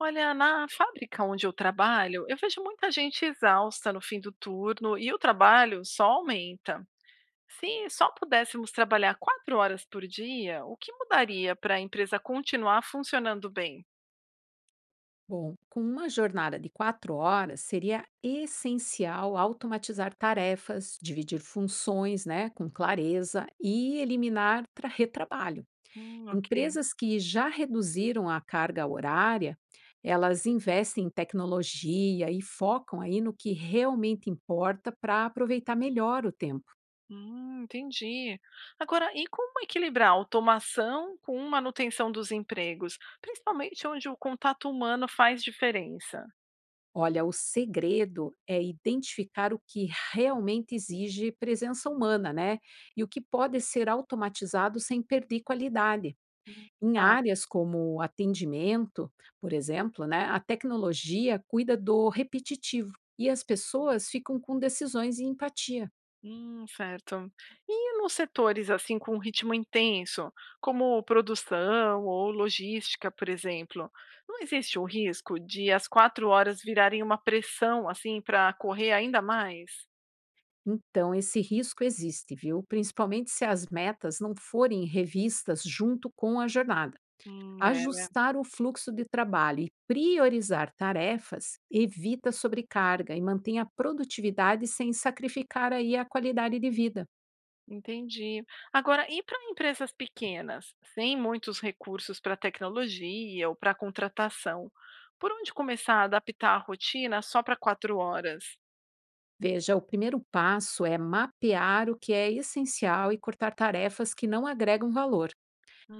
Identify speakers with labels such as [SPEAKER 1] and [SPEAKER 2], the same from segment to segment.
[SPEAKER 1] Olha, na fábrica onde eu trabalho, eu vejo muita gente exausta no fim do turno e o trabalho só aumenta. Se só pudéssemos trabalhar quatro horas por dia, o que mudaria para a empresa continuar funcionando bem?
[SPEAKER 2] Bom, com uma jornada de 4 horas, seria essencial automatizar tarefas, dividir funções né, com clareza e eliminar retrabalho.
[SPEAKER 1] Ok.
[SPEAKER 2] Empresas que já reduziram a carga horária, elas investem em tecnologia e focam aí no que realmente importa para aproveitar melhor o tempo.
[SPEAKER 1] Entendi. Agora, e como equilibrar a automação com manutenção dos empregos, principalmente onde o contato humano faz diferença?
[SPEAKER 2] Olha, o segredo é identificar o que realmente exige presença humana, né? E o que pode ser automatizado sem perder qualidade.
[SPEAKER 1] Hum,
[SPEAKER 2] Em
[SPEAKER 1] tá.
[SPEAKER 2] áreas como atendimento, por exemplo, né, a tecnologia cuida do repetitivo e as pessoas ficam com decisões e empatia.
[SPEAKER 1] Certo. E nos setores, assim, com ritmo intenso, como produção ou logística, por exemplo, não existe o risco de as 4 horas virarem uma pressão, assim, para correr ainda mais?
[SPEAKER 2] Então, esse risco existe, viu? Principalmente se as metas não forem revistas junto com a jornada.
[SPEAKER 1] É, né,
[SPEAKER 2] Ajustar o fluxo de trabalho e priorizar tarefas evita sobrecarga e mantém a produtividade sem sacrificar aí a qualidade de vida.
[SPEAKER 1] entendi. Agora, e para empresas pequenas, sem muitos recursos para tecnologia ou para contratação, por onde começar a adaptar a rotina só para 4 horas?
[SPEAKER 2] Veja, o primeiro passo é mapear o que é essencial e cortar tarefas que não agregam valor.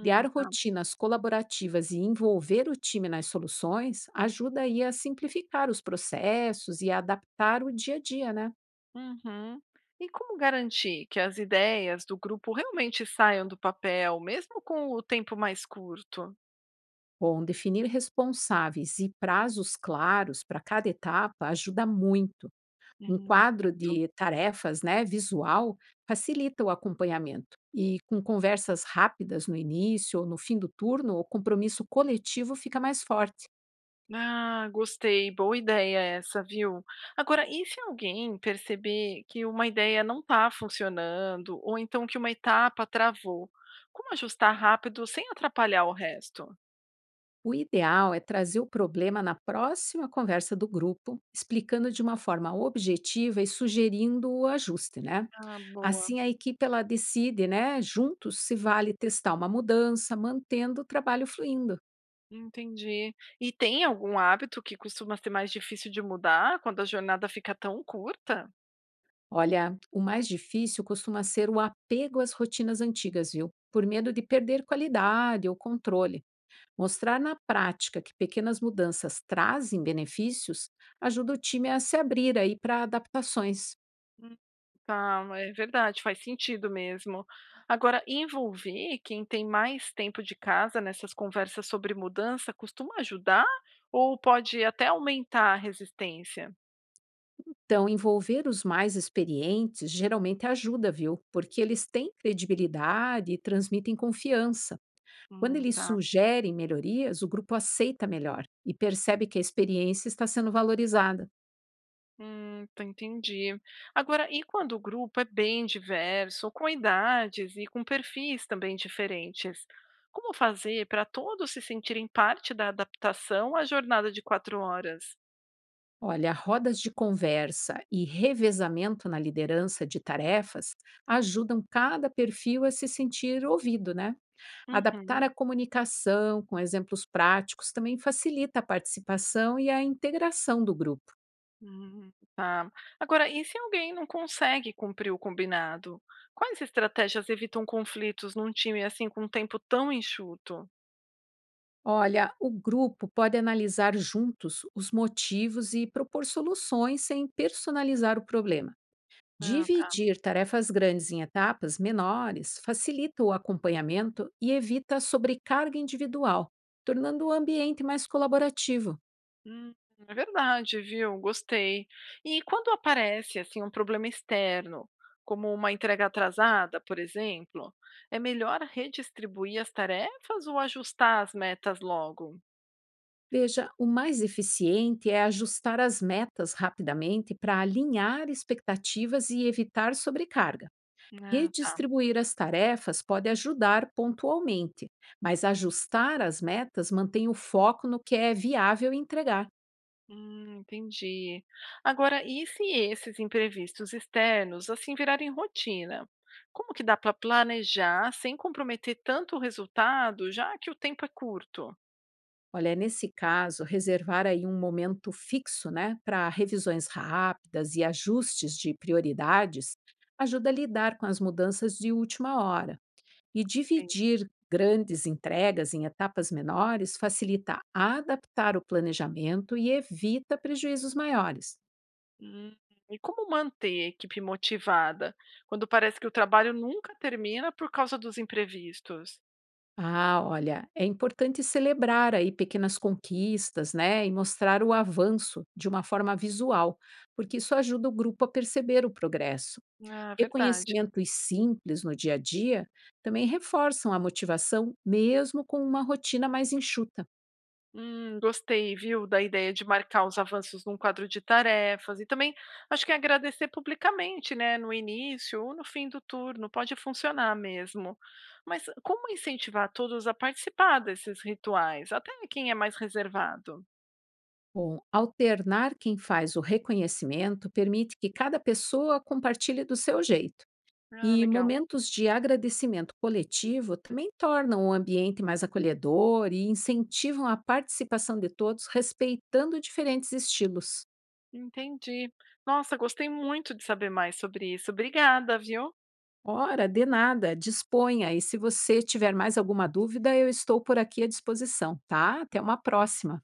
[SPEAKER 2] Criar
[SPEAKER 1] Tá.
[SPEAKER 2] rotinas colaborativas e envolver o time nas soluções ajuda aí a simplificar os processos e a adaptar o dia a dia, né?
[SPEAKER 1] Uhum. E como garantir que as ideias do grupo realmente saiam do papel, mesmo com o tempo mais curto?
[SPEAKER 2] Bom, definir responsáveis e prazos claros para cada etapa ajuda muito. Um quadro
[SPEAKER 1] Certo.
[SPEAKER 2] de tarefas né, visual facilita o acompanhamento. E com conversas rápidas no início ou no fim do turno, o compromisso coletivo fica mais forte.
[SPEAKER 1] Ah, gostei, boa ideia essa, viu? Agora, e se alguém perceber que uma ideia não está funcionando, ou então que uma etapa travou? Como ajustar rápido sem atrapalhar o resto?
[SPEAKER 2] O ideal é trazer o problema na próxima conversa do grupo, explicando de uma forma objetiva e sugerindo o ajuste, né?
[SPEAKER 1] Ah, boa,
[SPEAKER 2] Assim, a equipe ela decide, né, juntos, se vale testar uma mudança, mantendo o trabalho fluindo.
[SPEAKER 1] entendi. E tem algum hábito que costuma ser mais difícil de mudar quando a jornada fica tão curta?
[SPEAKER 2] Olha, o mais difícil costuma ser o apego às rotinas antigas, viu? Por medo de perder qualidade ou controle. Mostrar na prática que pequenas mudanças trazem benefícios ajuda o time a se abrir aí para adaptações.
[SPEAKER 1] Tá, é verdade, faz sentido mesmo. Agora, envolver quem tem mais tempo de casa nessas conversas sobre mudança costuma ajudar ou pode até aumentar a resistência?
[SPEAKER 2] Então, envolver os mais experientes geralmente ajuda, viu? Porque eles têm credibilidade e transmitem confiança. Quando eles
[SPEAKER 1] Tá.
[SPEAKER 2] sugerem melhorias, o grupo aceita melhor e percebe que a experiência está sendo valorizada.
[SPEAKER 1] Tá, entendi. Agora, e quando o grupo é bem diverso, com idades e com perfis também diferentes? Como fazer para todos se sentirem parte da adaptação à jornada de quatro horas?
[SPEAKER 2] Olha, rodas de conversa e revezamento na liderança de tarefas ajudam cada perfil a se sentir ouvido, né? Adaptar
[SPEAKER 1] Uhum.
[SPEAKER 2] a comunicação com exemplos práticos também facilita a participação e a integração do grupo.
[SPEAKER 1] Tá. Agora, e se alguém não consegue cumprir o combinado? Quais estratégias evitam conflitos num time assim com um tempo tão enxuto?
[SPEAKER 2] Olha, o grupo pode analisar juntos os motivos e propor soluções sem personalizar o problema.
[SPEAKER 1] Ah, tá.
[SPEAKER 2] Dividir tarefas grandes em etapas menores facilita o acompanhamento e evita a sobrecarga individual, tornando o ambiente mais colaborativo.
[SPEAKER 1] Hum, é verdade, viu? Gostei. E quando aparece assim um problema externo, como uma entrega atrasada, por exemplo, é melhor redistribuir as tarefas ou ajustar as metas logo?
[SPEAKER 2] Veja, o mais eficiente é ajustar as metas rapidamente para alinhar expectativas e evitar sobrecarga.
[SPEAKER 1] Ah, tá.
[SPEAKER 2] Redistribuir as tarefas pode ajudar pontualmente, mas ajustar as metas mantém o foco no que é viável entregar.
[SPEAKER 1] Entendi. Agora, e se esses imprevistos externos assim virarem rotina? Como que dá para planejar sem comprometer tanto o resultado, já que o tempo é curto?
[SPEAKER 2] Olha, nesse caso, reservar aí um momento fixo, né, para revisões rápidas e ajustes de prioridades ajuda a lidar com as mudanças de última hora. E
[SPEAKER 1] Sim.
[SPEAKER 2] dividir grandes entregas em etapas menores facilita adaptar o planejamento e evita prejuízos maiores.
[SPEAKER 1] Hum, e como manter a equipe motivada quando parece que o trabalho nunca termina por causa dos imprevistos?
[SPEAKER 2] Ah, olha, é importante celebrar aí pequenas conquistas, né, e mostrar o avanço de uma forma visual, porque isso ajuda o grupo a perceber o progresso.
[SPEAKER 1] Ah, verdade.
[SPEAKER 2] Reconhecimentos simples no dia a dia também reforçam a motivação, mesmo com uma rotina mais enxuta.
[SPEAKER 1] Gostei, viu, da ideia de marcar os avanços num quadro de tarefas e também acho que é agradecer publicamente, né, no início ou no fim do turno, pode funcionar mesmo. Mas como incentivar todos a participar desses rituais, até quem é mais reservado?
[SPEAKER 2] Bom, alternar quem faz o reconhecimento permite que cada pessoa compartilhe do seu jeito.
[SPEAKER 1] Ah,
[SPEAKER 2] E
[SPEAKER 1] legal.
[SPEAKER 2] momentos de agradecimento coletivo também tornam o ambiente mais acolhedor e incentivam a participação de todos, respeitando diferentes estilos.
[SPEAKER 1] Entendi. Nossa, gostei muito de saber mais sobre isso. Obrigada, viu?
[SPEAKER 2] Ora, de nada, disponha. E se você tiver mais alguma dúvida, eu estou por aqui à disposição, tá? Até uma próxima.